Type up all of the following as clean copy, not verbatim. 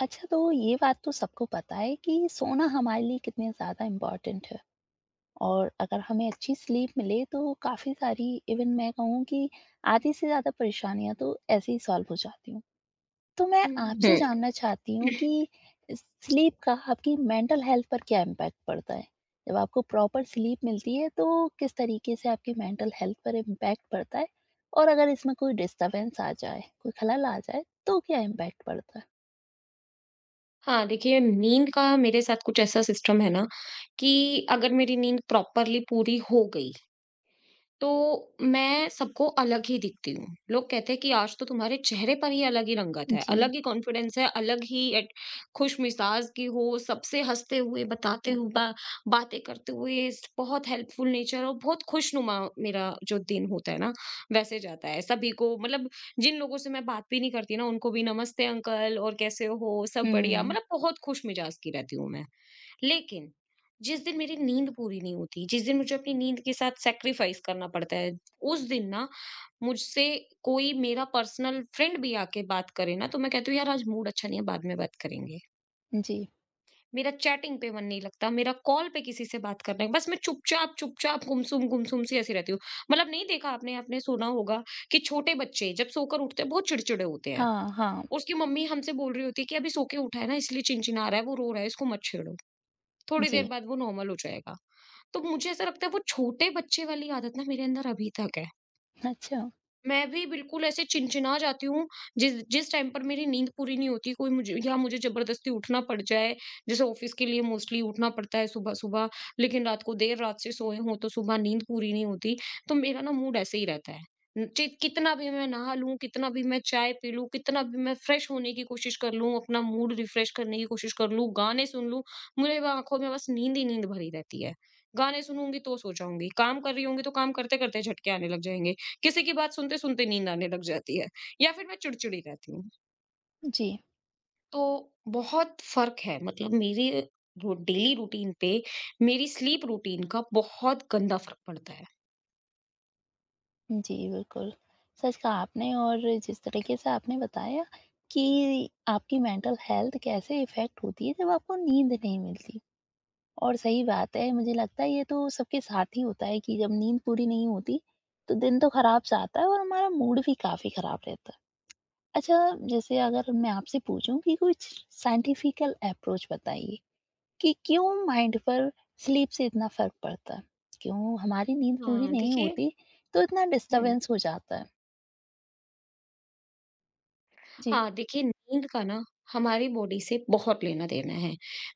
अच्छा, तो ये बात तो सबको पता है कि सोना हमारे लिए कितने ज़्यादा इम्पोर्टेंट है। और अगर हमें अच्छी स्लीप मिले तो काफ़ी सारी, इवन मैं कहूँ कि आधी से ज़्यादा परेशानियाँ तो ऐसे ही सॉल्व हो जाती हूँ। तो मैं आपसे हुँ। जानना चाहती हूँ कि स्लीप का आपकी मेंटल हेल्थ पर क्या इम्पैक्ट पड़ता है? जब आपको प्रॉपर स्लीप मिलती है तो किस तरीके से आपकी मेंटल हेल्थ पर इम्पैक्ट पड़ता है? और अगर इसमें कोई डिस्टर्बेंस आ जाए, कोई खलल आ जाए तो क्या इम्पैक्ट पड़ता है? हाँ, देखिए नींद का मेरे साथ कुछ ऐसा सिस्टम है ना, कि अगर मेरी नींद प्रॉपरली पूरी हो गई, तो मैं सबको अलग ही दिखती हूँ। लोग कहते हैं कि आज तो तुम्हारे चेहरे पर ही अलग ही रंगत है, जी। अलग ही कॉन्फिडेंस है, अलग ही एट खुशमिज़ाज की हो, सबसे हँसते हुए, बताते हुए, बा बातें करते हुए, स बहुत हेल्पफुल नेचर और बहुत खुशनुमा मेरा जो दिन होता है ना, वैसे जाता है। सभी को मतलब जिन लोगों से मैं बात भी नहीं करती ना, उनको भी नमस्ते अंकल और कैसे हो, सब बढ़िया, हुँ। मतलब बहुत खुशमिज़ाज की रहती हूँ मैं। लेकिन जिस दिन मेरी नींद पूरी नहीं होती, जिस दिन मुझे अपनी नींद के साथ सैक्रिफाइस करना पड़ता है, उस दिन ना मुझसे कोई मेरा पर्सनल फ्रेंड भी आके बात करे ना, तो मैं कहती हूँ यार आज मूड अच्छा नहीं है, बाद में बात करेंगे। जी। मेरा चैटिंग पे मन नहीं लगता, मेरा कॉल पे किसी से बात करना है, बस मैं चुपचाप, चुपचाप, गुमसुम, गुमसुम सी ऐसी रहती हूँ। मतलब नहीं देखा आपने आपने सुना होगा कि छोटे बच्चे जब सोकर उठते हैं बहुत चिड़चिड़े होते हैं। हाँ, हाँ। उसकी मम्मी हमसे बोल रही होती है कि अभी सो के उठा है ना इसलिए चिनचिना रहा है, वो रो रहा है, इसको मत छेड़ो। थोड़ी जी। देर बाद वो नॉर्मल हो जाएगा। तो मुझे ऐसा लगता है वो छोटे बच्चे वाली आदत ना मेरे अंदर अभी तक है। अच्छा। मैं भी बिल्कुल ऐसे चिनचिना जाती हूँ, जिस जिस टाइम पर मेरी नींद पूरी नहीं होती, कोई मुझे या मुझे ज़बरदस्ती उठना पड़ जाए, जैसे ऑफ़िस के लिए मोस्टली उठना पड़ता है सुबह-सुबह, लेकिन रात को देर रात से सोए हों, तो सुबह नींद पूरी नहीं होती, तो मेरा ना मूड ऐसे ही रहता है। न- चि कितना भी मैं नहा लूँ, कितना भी मैं चाय पी लूँ, कितना भी मैं फ्रेश होने की कोशिश कर लूँ, अपना मूड रिफ्रेश करने की कोशिश कर लूँ, गाने सुन लूँ, मुझे वो आँखों में बस नींद ही नींद भरी रहती है। गाने सुनूँगी तो सो जाऊँगी, काम कर रही होंगी तो काम करते-करते झटके आने लग जाएँगे। किसी की बात सुनते-सुनते नींद आने लग जाती है या फिर मैं चिड़चिड़ी रहती हूँ। जी। तो बहुत फ़र्क है मतलब मेरे रो डेली रूटीन पे मेरी स्लीप रूटीन का बहुत गंदा फ़र्क पड़ता है। जी, बिल्कुल। सच कहा आपने। और जिस तरीके से आपने बताया कि आपकी मेंटल हेल्थ कैसे इफ़ेक्ट होती है जब आपको नींद नहीं मिलती, और सही बात है, मुझे लगता है ये तो सबके साथ ही होता है कि जब नींद पूरी नहीं होती, तो दिन तो खराब जाता है और हमारा मूड भी काफ़ी खराब रहता है। अच्छा, जैसे अगर मैं आपसे पूछूँ कि कुछ साइंटिफिकल अप्रोच बताइए, कि क्यों माइंड पर स्लीप से इतना फर्क पड़ता है? क्यों हमारी नींद पूरी हाँ, नहीं देखिए होती तो इतना हुँ। डिस्टरबेंस हो जाता है? जी। हाँ, देखिए नींद का ना हमारी बॉडी से बहुत लेना-देना है।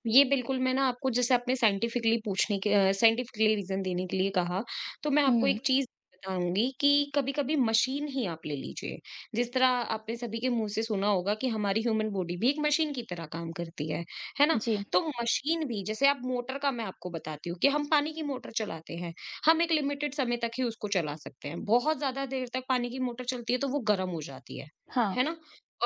ये बिल्कुल मैं ना आपको जैसे आपने साइंटिफिकली पूछने के अ, साइंटिफिकली रीज़न देने के लिए कहा, तो मैं आपको हुँ, एक चीज़ बताऊँगी कि कभी-कभी मशीन ही आप ले लीजिए। जिस तरह आपने सभी के मुँह से सुना होगा कि हमारी ह्यूमन बॉडी भी एक मशीन की तरह काम करती है ना? जी। तो मशीन भी जैसे आप मोटर का मैं आपको बताती हूँ कि हम पानी की मोटर चलाते हैं, हम एक लिमिटेड समय तक ही उसको चला सकते हैं। बहुत ज़्यादा देर तक पानी की मोटर चलती है तो वो गरम हो जाती हाँ, है ना?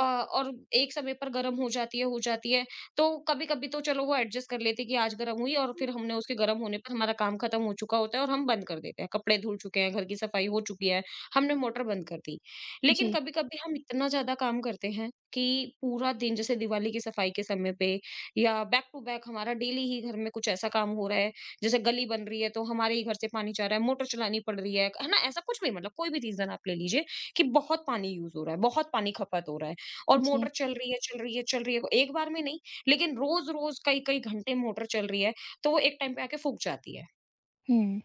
और एक समय पर गर्म हो जाती है, हो जाती है। तो कभी-कभी तो चलो वो एडजस्ट कर लेते हैं कि आज गर्म हुई और फिर हमने उसके गर्म होने पर हमारा काम खत्म हो चुका होता है और हम बंद कर देते हैं। कपड़े धुल चुके हैं, घर की सफाई हो चुकी है, हमने मोटर बंद कर दी। लेकिन जी, कभी-कभी हम इतना ज़्यादा काम करते हैं कि पूरा दिन जैसे दिवाली की सफाई के समय पे या बैक टू बैक हमारा डेली ही घर में कुछ ऐसा काम हो रहा है, जैसे गली बन रही है तो हमारे ही घर से पानी जा रहा है, मोटर चलानी पड़ रही है ना? ऐसा कुछ भी मतलब कोई भी रीज़न आप ले लीजिए कि बहुत पानी यूज़ हो रहा है, बहुत पानी खपत हो रहा है। और जी। मोटर चल रही है, चल रही है, चल रही है, एक बार में नहीं लेकिन रोज़-रोज़ कई-कई घंटे मोटर चल रही है, तो वो एक टाइम पे आके फूक जाती है। हुँ,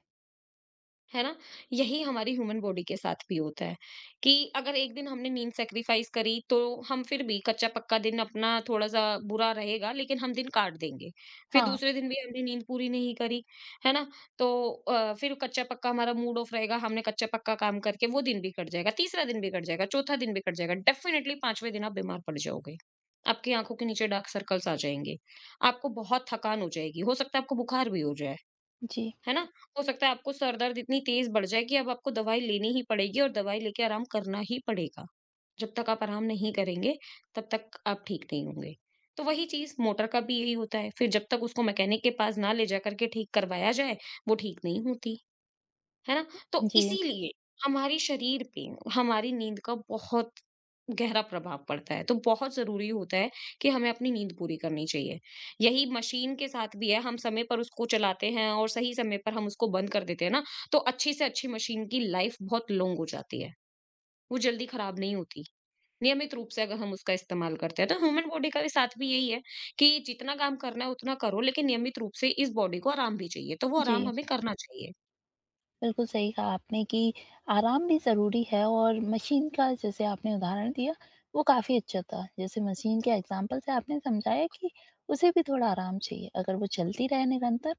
है ना? यही हमारी ह्यूमन बॉडी के साथ भी होता है कि अगर एक दिन हमने नींद सैक्रिफाइस करी तो हम फिर भी कच्चा-पक्का दिन अपना थोड़ा-सा बुरा रहेगा लेकिन हम दिन काट देंगे। फिर हाँ, दूसरे दिन भी हमने नींद पूरी नहीं करी, है ना? तो फिर कच्चा-पक्का हमारा मूड ऑफ रहेगा, हमने कच्चा-पक्का काम करके वो दिन भी कट जाएगा, तीसरा दिन भी कट जाएगा, चौथा दिन भी कट जाएगा। डेफ़िनेटली 5वें दिन आप बीमार पड़ जाओगे। आपकी आँखों के नीचे डार्क सर्कल्स आ जाएँगे। आपको बहुत थकान हो जाएगी, हो सकता है आपको बुखार भी हो जाए। जी, है ना? हो सकता है आपको सर दर्द इतनी तेज़ बढ़ जाए कि अब आपको दवाई लेनी ही पड़ेगी और दवाई लेके आराम करना ही पड़ेगा। जब तक आप आराम नहीं करेंगे, तब तक आप ठीक नहीं होंगे। तो वही चीज़ मोटर का भी यही होता है, फिर जब तक उसको मैकेनिक के पास ना ले जाकर के ठीक करवाया जाए, वो ठीक नहीं होती। है ना? तो जी, इसीलिए हमारे शरीर पे हमारी नींद का बहुत गहरा प्रभाव पड़ता है, तो बहुत ज़रूरी होता है कि हमें अपनी नींद पूरी करनी चाहिए। यही मशीन के साथ भी है, हम समय पर उसको चलाते हैं और सही समय पर हम उसको बंद कर देते हैं ना, तो अच्छी से अच्छी मशीन की लाइफ बहुत लॉन्ग हो जाती है। वो जल्दी खराब नहीं होती, नियमित रूप से अगर हम उसका इस्तेमाल करते हैं। तो ह्यूमन बॉडी का भी साथ भी यही है कि जितना काम करना है उतना करो, लेकिन नियमित रूप से इस बॉडी को आराम भी चाहिए, तो वो आराम जी। हमें करना चाहिए। बिल्कुल सही कहा आपने कि आराम भी ज़रूरी है, और मशीन का जैसे आपने उदाहरण दिया, वो काफ़ी अच्छा था। जैसे मशीन के एग्ज़ाम्पल से आपने समझाया कि उसे भी थोड़ा आराम चाहिए। अगर वो चलती रहे निरंतर,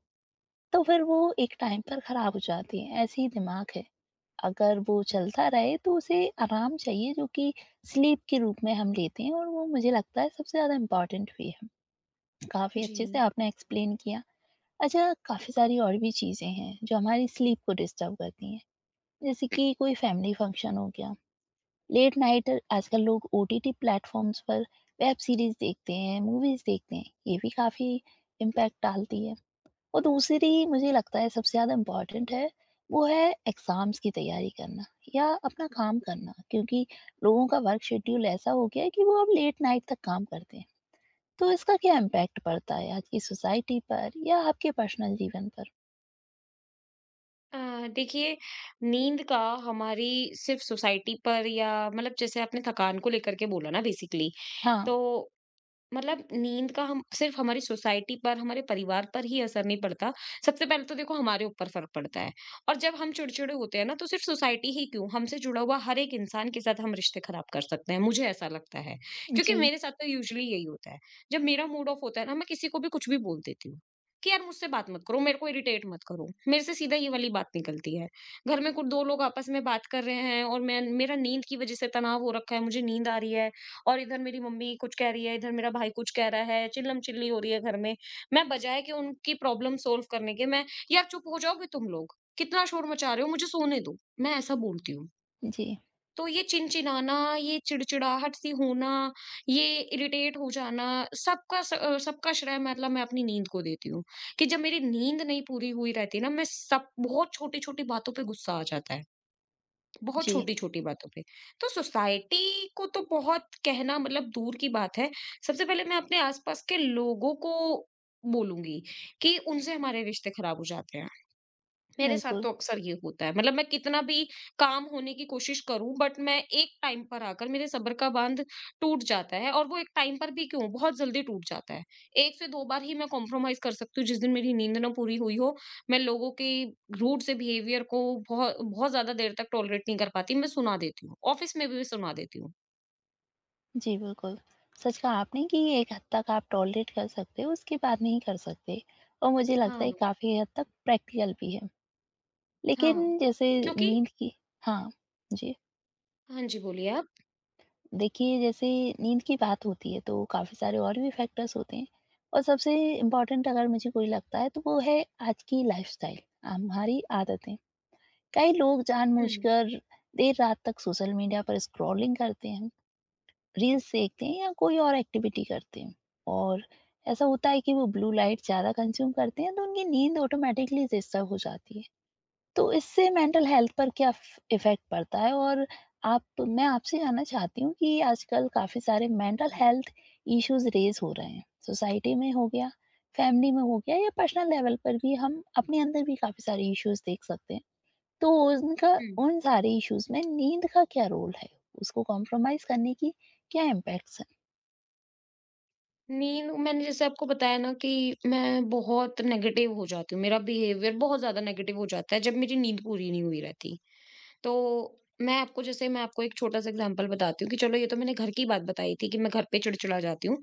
तो फिर वो एक टाइम पर ख़राब हो जाती है। ऐसे ही दिमाग है। अगर वो चलता रहे तो उसे आराम चाहिए, जो कि स्लीप के रूप में हम लेते हैं, और वो मुझे लगता है सबसे ज़्यादा इम्पोर्टेंट भी है। काफ़ी अच्छे से जी। आपने एक्सप्लेन किया। अच्छा, काफ़ी सारी और भी चीज़ें हैं जो हमारी स्लीप को डिस्टर्ब करती हैं। जैसे कि कोई फैमिली फंक्शन हो गया, लेट नाइट आजकल लोग ओटीटी प्लेटफ़ॉर्म्स पर वेब सीरीज़ देखते हैं, मूवीज़ देखते हैं। ये भी काफ़ी इम्पैक्ट डालती है। और दूसरी मुझे लगता है सबसे ज़्यादा इम्पोर्टेंट है, वो है एग्ज़ाम्स की तैयारी करना या अपना काम करना, क्योंकि लोगों का वर्क शेड्यूल ऐसा हो गया है कि वो अब लेट नाइट तक काम करते हैं। तो इसका क्या इम्पैक्ट पड़ता है आज की सोसाइटी पर या आपके पर्सनल जीवन पर? अ, देखिए नींद का हमारी सिर्फ सोसाइटी पर या मतलब जैसे आपने थकान को लेकर के बोला ना बेसिकली हाँ। तो मतलब नींद का हम सिर्फ हमारी सोसाइटी पर, हमारे परिवार पर ही असर नहीं पड़ता। सबसे पहले तो देखो हमारे ऊपर फ़र्क पड़ता है और जब हम चिड़चिड़े होते हैं ना तो सिर्फ सोसाइटी ही क्यों, हमसे जुड़ा हुआ हर एक इंसान के साथ हम रिश्ते खराब कर सकते हैं, मुझे ऐसा लगता है। क्योंकि जी, मेरे साथ तो यूजुअली यही होता है। जब मेरा मूड ऑफ होता है ना मैं किसी को भी कुछ भी बोल देती हूँ, कि यार मुझसे बात मत करो, मेरे को इरिटेट मत करो। मेरे से सीधा ये वाली बात निकलती है। घर में कुछ 2 लोग आपस में बात कर रहे हैं और मैं मेरा नींद की वज़ह से तनाव हो रखा है, मुझे नींद आ रही है। और इधर मेरी मम्मी कुछ कह रही है, इधर मेरा भाई कुछ कह रहा है, चिल्लम-चिल्ली हो रही है घर में। मैं बजाए कि उनकी प्रॉब्लम सॉल्व करने के मैं, "यार चुप हो जाओगे तुम लोग, कितना शोर मचा रहे हो, मुझे सोने दो।" मैं ऐसा बोलती हूँ। जी, तो ये चिनचिनाना, ये चिड़चिड़ाहट सी होना, ये इरिटेट हो जाना, सबका श्रेय मतलब मैं अपनी नींद को देती हूँ, कि जब मेरी नींद नहीं पूरी हुई रहती ना, मैं सब बहुत छोटी-छोटी बातों पे गुस्सा आ जाता है। बहुत जी। छोटी-छोटी बातों पे। तो सोसाइटी को तो बहुत कहना मतलब दूर की बात है। सबसे पहले मैं अपने आस-पास के लोगों को बोलूँगी कि उनसे हमारे रिश्ते खराब हो जाते हैं। मेरे साथ बिल्कुल। तो अक्सर ये होता है मतलब मैं कितना भी काम होने की कोशिश करूं बट मैं एक टाइम पर आकर मेरे सब्र का बांध टूट जाता है और वो एक टाइम पर भी क्यों बहुत जल्दी टूट जाता है। एक से दो बार ही मैं कॉम्प्रोमाइज कर सकती हूँ जिस दिन मेरी नींद ना पूरी हुई हो, मैं लोगों के रूड से बिहेवियर को बहुत बहुत ज्यादा देर तक टॉलरेट नहीं कर पाती, मैं सुना देती हूँ, ऑफिस में भी मैं सुना देती हूँ। जी, बिल्कुल। सच कहा आपने कि एक हद तक आप टॉलरेट कर सकते हो, उसके बाद नहीं कर सकते, और मुझे लगता हाँ। है काफ़ी हद तक प्रैक्टिकल भी है। हाँ, लेकिन जैसे क्योंकि नींद की। हाँ, जी। हाँ जी बोलिए आप। देखिए, जैसे नींद की बात होती है तो काफ़ी सारे और भी फैक्टर्स होते हैं, और सबसे इम्पोर्टेंट अगर मुझे कोई लगता है तो वो है आज की लाइफस्टाइल, हमारी आदतें। कई लोग हम्म, जानबूझकर देर रात तक सोशल मीडिया पर स्क्रॉलिंग करते हैं, रील्स देखते हैं या कोई और एक्टिविटी करते हैं, और ऐसा होता है कि वो ब्लू लाइट ज़्यादा कंज्यूम करते हैं, तो उनकी नींद ऑटोमेटिकली डिस्टर्ब हो जाती है। तो इससे मेंटल हेल्थ पर क्या फ इफ़ेक्ट पड़ता है? और आप मैं आपसे जानना चाहती हूँ कि आजकल काफ़ी सारे मेंटल हेल्थ इश्यूज़ रेज़ हो रहे हैं। सोसाइटी में हो गया, फैमिली में हो गया, या पर्सनल लेवल पर भी हम अपने अंदर भी काफ़ी सारे इश्यूज़ देख सकते हैं। तो उनका हम्म, उन सारे इश्यूज़ में नींद का क्या रोल है? उसको कॉम्प्रोमाइज़ करने की क्या इम्पैक्ट्स हैं? नींद मैंने जैसे आपको बताया ना कि मैं बहुत नेगेटिव हो जाती हूँ। मेरा बिहेवियर बहुत ज़्यादा नेगेटिव हो जाता है जब मेरी नींद पूरी नहीं हुई रहती। तो मैं आपको एक छोटा-सा एग्ज़ाम्पल बताती हूँ कि चलो ये तो मैंने घर की बात बताई थी कि मैं घर पे चिड़चिड़ा जाती हूँ।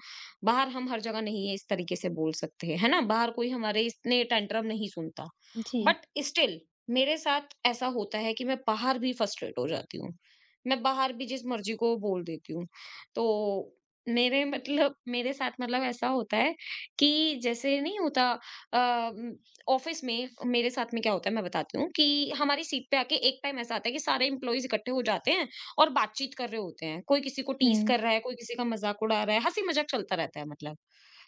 बाहर हम हर जगह नहीं है इस तरीके से बोल सकते हैं, है ना? बाहर कोई हमारे इतने टेंट्रम नहीं सुनता। जी। बट स्टिल मेरे साथ ऐसा होता है कि मैं बाहर भी फ्रस्ट्रेट हो जाती हूँ। मैं बाहर भी जिस मर्ज़ी को बोल देती हूँ। तो मेरे साथ मतलब ऐसा होता है कि जैसे नहीं होता अ, ऑफिस में मेरे साथ में क्या होता है मैं बताती हूँ कि हमारी सीट पे आके एक टाइम ऐसा आता है कि सारे एम्प्लॉइज इकट्ठे हो जाते हैं और बातचीत कर रहे होते हैं, कोई किसी को टीस हुँ। कर रहा है, कोई किसी का मजाक उड़ा रहा है, हंसी मजाक चलता रहता है, मतलब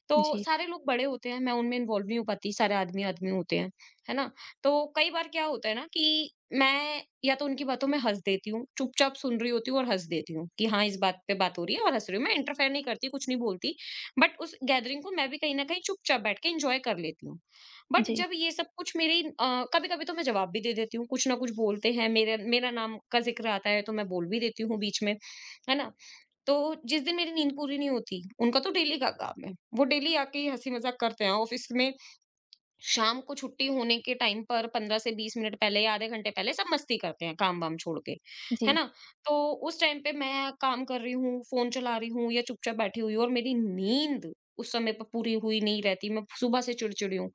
तो जी। सारे लोग बड़े होते हैं, मैं उनमें इन्वॉल्व नहीं हो पाती, सारे आदमी-आदमी होते हैं, है ना? तो कई बार क्या होता है ना कि मैं या तो उनकी बातों में हँस देती हूँ, चुपचाप सुन रही होती हूँ और हँस देती हूँ कि हाँ, इस बात पे बात हो रही है और हँस रही हूँ। मैं इंटरफेयर नहीं करती, कुछ नहीं बोलती, बट उस गैदरिंग को मैं भी कहीं न कहीं चुपचाप बैठ के एन्जॉय कर लेती हूँ। बट जी, जब ये सब कुछ मेरी कभी-कभी तो मैं जवाब भी दे देती हूँ, कुछ ना कुछ बोलते हैं, मेरे मेरा नाम का ज़िक्र आता है, तो मैं बोल भी देती हूँ बीच में, है ना? तो जिस दिन मेरी नींद पूरी नहीं होती, उनका तो डेली का काम है। वो डेली आके ही हँसी मज़ाक करते हैं ऑफिस में। शाम को छुट्टी होने के टाइम पर 15 से 20 मिनट पहले या आधे घंटे पहले सब मस्ती करते हैं काम-वाम छोड़ के, है जी, ना? तो उस टाइम पे मैं काम कर रही हूँ, फ़ोन चला रही हूँ या चुपचाप बैठी हुई हूँ और मेरी नींद उस समय पर पूरी हुई नहीं रहती। मैं सुबह से चिड़चिड़ी हूँ।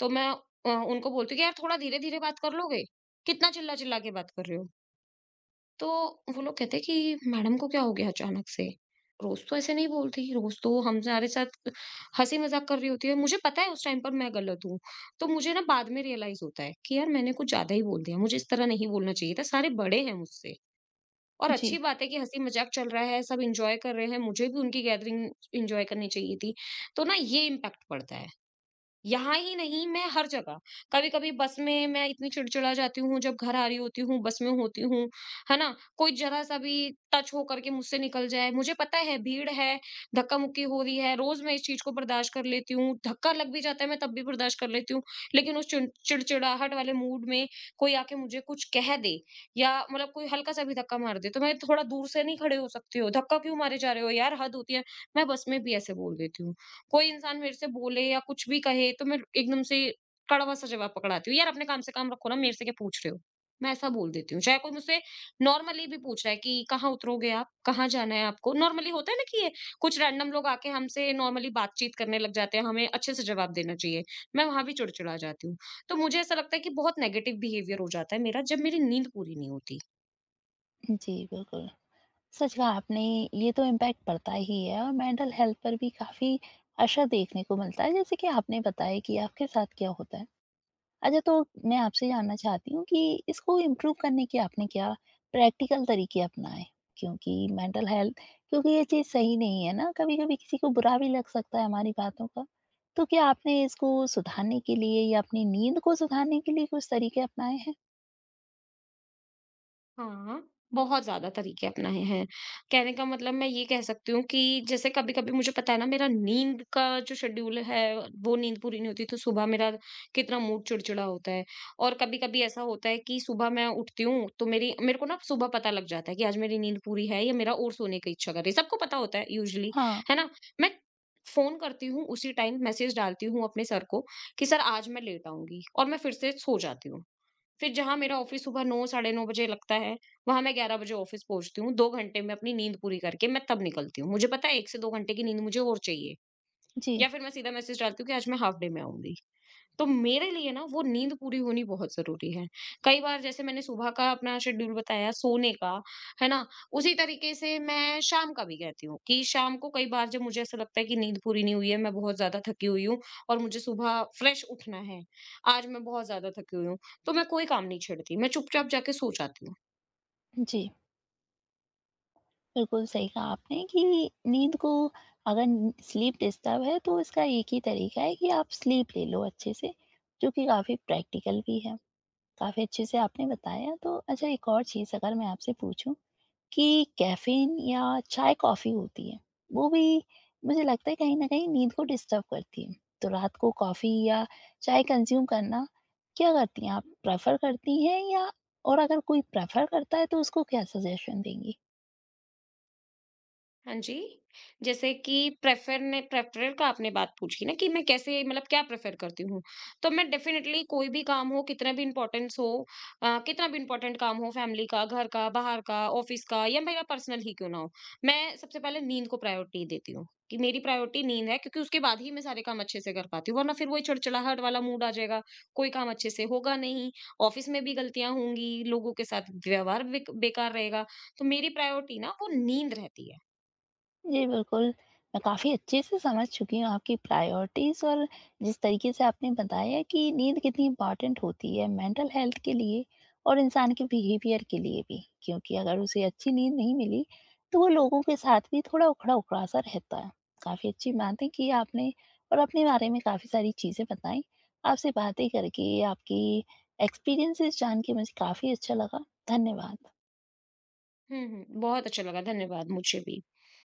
तो मैं उनको बोलती हूँ कि यार थोड़ा धीरे-धीरे बात कर लोगे? कितना चिल्ला-चिल्ला के बात कर रहे हो? तो वो लोग कहते हैं कि मैडम को क्या हो गया अचानक से? रोज़ तो ऐसे नहीं बोलती, रोज़ तो हमारे साथ हँसी-मज़ाक कर रही होती है। मुझे पता है उस टाइम पर मैं गलत हूँ। तो मुझे ना बाद में रियलाइज़ होता है कि यार मैंने कुछ ज़्यादा ही बोल दिया, मुझे इस तरह नहीं बोलना चाहिए था, सारे बड़े हैं मुझसे। और जी। अच्छी बात है कि हँसी-मज़ाक चल रहा है, सब एन्जॉय कर रहे हैं, मुझे भी उनकी गैदरिंग एन्जॉय करनी चाहिए थी। तो ना ये इम्पैक्ट पड़ता है। यहाँ ही नहीं, मैं हर जगह। कभी-कभी बस में मैं इतनी चिड़चिड़ा जाती हूँ, जब घर आ रही होती हूँ, बस में होती हूँ, है ना? कोई ज़रा-सा भी टच हो करके मुझसे निकल जाए, मुझे पता है भीड़ है, धक्का-मुक्की हो रही है, रोज़ मैं इस चीज़ को बर्दाश्त कर लेती हूँ। धक्का लग भी जाता है, मैं तब भी बर्दाश्त कर लेती हूँ। लेकिन उस चिड़चिड़ाहट वाले मूड में कोई आके मुझे कुछ कह दे या मतलब कोई हल्का-सा भी धक्का मार दे, तो मैं थोड़ा दूर से नहीं खड़े हो सकती हो? धक्का क्यों मारे जा रहे हो यार? हद होती है। मैं बस में भी ऐसे बोल देती हूँ। कोई इंसान मेरे से बोले या कुछ भी कहे तो मैं एकदम से कड़वा सा जवाब पकड़ाती हूँ, यार अपने काम से काम रखो ना, मेरे से क्या पूछ रहे हो? मैं ऐसा बोल देती हूँ। चाहे कोई मुझसे नॉर्मली भी पूछ रहा है कि कहाँ उतरोगे आप? कहाँ जाना है आपको? नॉर्मली होता है ना कि ये कुछ रैंडम लोग आके हमसे नॉर्मली बातचीत करने लग जाते हैं, हमें अच्छे से जवाब देना चाहिए। मैं वहाँ भी चिड़चिड़ा जाती हूँ। तो मुझे ऐसा लगता है कि बहुत नेगेटिव बिहेवियर हो जाता है मेरा जब मेरी नींद पूरी नहीं होती। जी, बिल्कुल। सच कहा आपने, ये तो इम्पैक्ट पड़ता ही है और मेंटल हेल्थ पर भी काफ़ी असर देखने को मिलता है, जैसे कि आपने बताया कि आपके साथ क्या होता है। अच्छा, तो मैं आपसे जानना चाहती हूँ कि इसको इम्प्रूव करने के आपने क्या प्रैक्टिकल तरीके अपनाए? क्योंकि मेंटल हेल्थ क्योंकि ये चीज़ सही नहीं है ना, कभी-कभी किसी को बुरा भी लग सकता है हमारी बातों का। तो क्या आपने इसको सुधारने के लिए या अपनी नींद को सुधारने के लिए कुछ तरीके अपनाए हैं? हाँ, बहुत ज़्यादा तरीके अपनाए हैं। कहने का मतलब मैं ये कह सकती हूँ कि जैसे कभी-कभी मुझे पता है ना मेरा नींद का जो शेड्यूल है वो नींद पूरी नहीं होती तो सुबह मेरा कितना मूड चिड़चिड़ा होता है। और कभी-कभी ऐसा होता है कि सुबह मैं उठती हूँ तो मेरी मेरे को ना सुबह पता लग जाता है कि आज मेरी नींद पूरी है या मेरा और सोने की इच्छा कर रही है। सबको पता होता है यूजुअली, हाँ। है ना? मैं फ़ोन करती हूँ उसी टाइम मैसेज डालती हूँ अपने सर को कि सर आज मैं लेट आऊँगी और मैं फिर से सो जाती हूँ। फिर जहाँ मेरा ऑफिस सुबह 9 साढ़े 9 बजे लगता है, वहाँ मैं 11 बजे ऑफिस पहुँचती हूँ, 2 घंटे में अपनी नींद पूरी करके मैं तब निकलती हूँ। मुझे पता है 1 से 2 घंटे की नींद मुझे और चाहिए जी, या फिर मैं सीधा मैसेज डालती हूँ कि आज मैं हाफ डे में आऊँगी। तो मेरे लिए ना वो नींद पूरी होनी बहुत ज़रूरी है। कई बार जैसे मैंने सुबह का अपना शेड्यूल बताया सोने का, है ना? उसी तरीके से मैं शाम का भी कहती हूँ कि शाम को कई बार जब मुझे ऐसा लगता है कि नींद पूरी नहीं हुई है, मैं बहुत ज़्यादा थकी हुई हूँ और मुझे सुबह फ्रेश उठना है, आज मैं बहुत ज़्यादा थकी हुई हूँ, तो मैं कोई काम नहीं छेड़ती, मैं चुपचाप जाके सो जाती हूँ। जी। बिल्कुल सही कहा आपने कि नींद को, अगर स्लीप डिस्टर्ब है तो इसका एक ही तरीका है कि आप स्लीप ले लो अच्छे से, जो कि काफ़ी प्रैक्टिकल भी है। काफ़ी अच्छे से आपने बताया। तो अच्छा, एक और चीज़ अगर मैं आपसे पूछूं, कि कैफीन या चाय कॉफ़ी होती है, वो भी मुझे लगता है कहीं ना कहीं नींद को डिस्टर्ब करती है। तो रात को कॉफ़ी या चाय कंज्यूम करना, क्या करती हैं आप? प्रेफर करती हैं? या, और अगर कोई प्रेफर करता है तो उसको क्या सजेशन देंगी? हाँ जी। जैसे कि प्रेफ़र का आपने बात पूछी ना कि मैं कैसे मतलब क्या प्रेफ़र करती हूँ। तो मैं डेफ़िनेटली कोई भी काम हो, कितना भी इम्पोर्टेंट काम हो फैमिली का, घर का, बाहर का, ऑफ़िस का या मेरा पर्सनल ही क्यों ना हो, मैं सबसे पहले नींद को प्रायोरिटी देती हूँ कि मेरी प्रायोरिटी नींद है क्योंकि उसके बाद ही मैं सारे काम अच्छे से कर पाती हूँ। वरना फिर वही चिड़चिड़ाहट वाला मूड आ जाएगा, कोई काम अच्छे से होगा नहीं, ऑफ़िस में भी गलतियाँ होंगी, लोगों के साथ व्यवहार बेकार रहेगा। तो मेरी प्रायोरिटी ना वो नींद रहती है। जी, बिल्कुल। मैं काफ़ी अच्छे से समझ चुकी हूँ आपकी प्रायोरिटीज़, और जिस तरीके से आपने बताया कि नींद कितनी इम्पोर्टेंट होती है मेंटल हेल्थ के लिए और इंसान के बिहेवियर के लिए भी। क्योंकि अगर उसे अच्छी नींद नहीं मिली, तो वो लोगों के साथ भी थोड़ा उखड़ा-उखड़ा सा रहता है। काफ़ी अच्छी बातें की आपने और अपने बारे में काफ़ी सारी चीज़ें बताई। आपसे बातें करके, आपकी एक्सपीरियंसेस जान के मुझे काफ़ी अच्छा लगा। धन्यवाद। हुँ, हुँ। बहुत अच्छा लगा, धन्यवाद मुझे भी।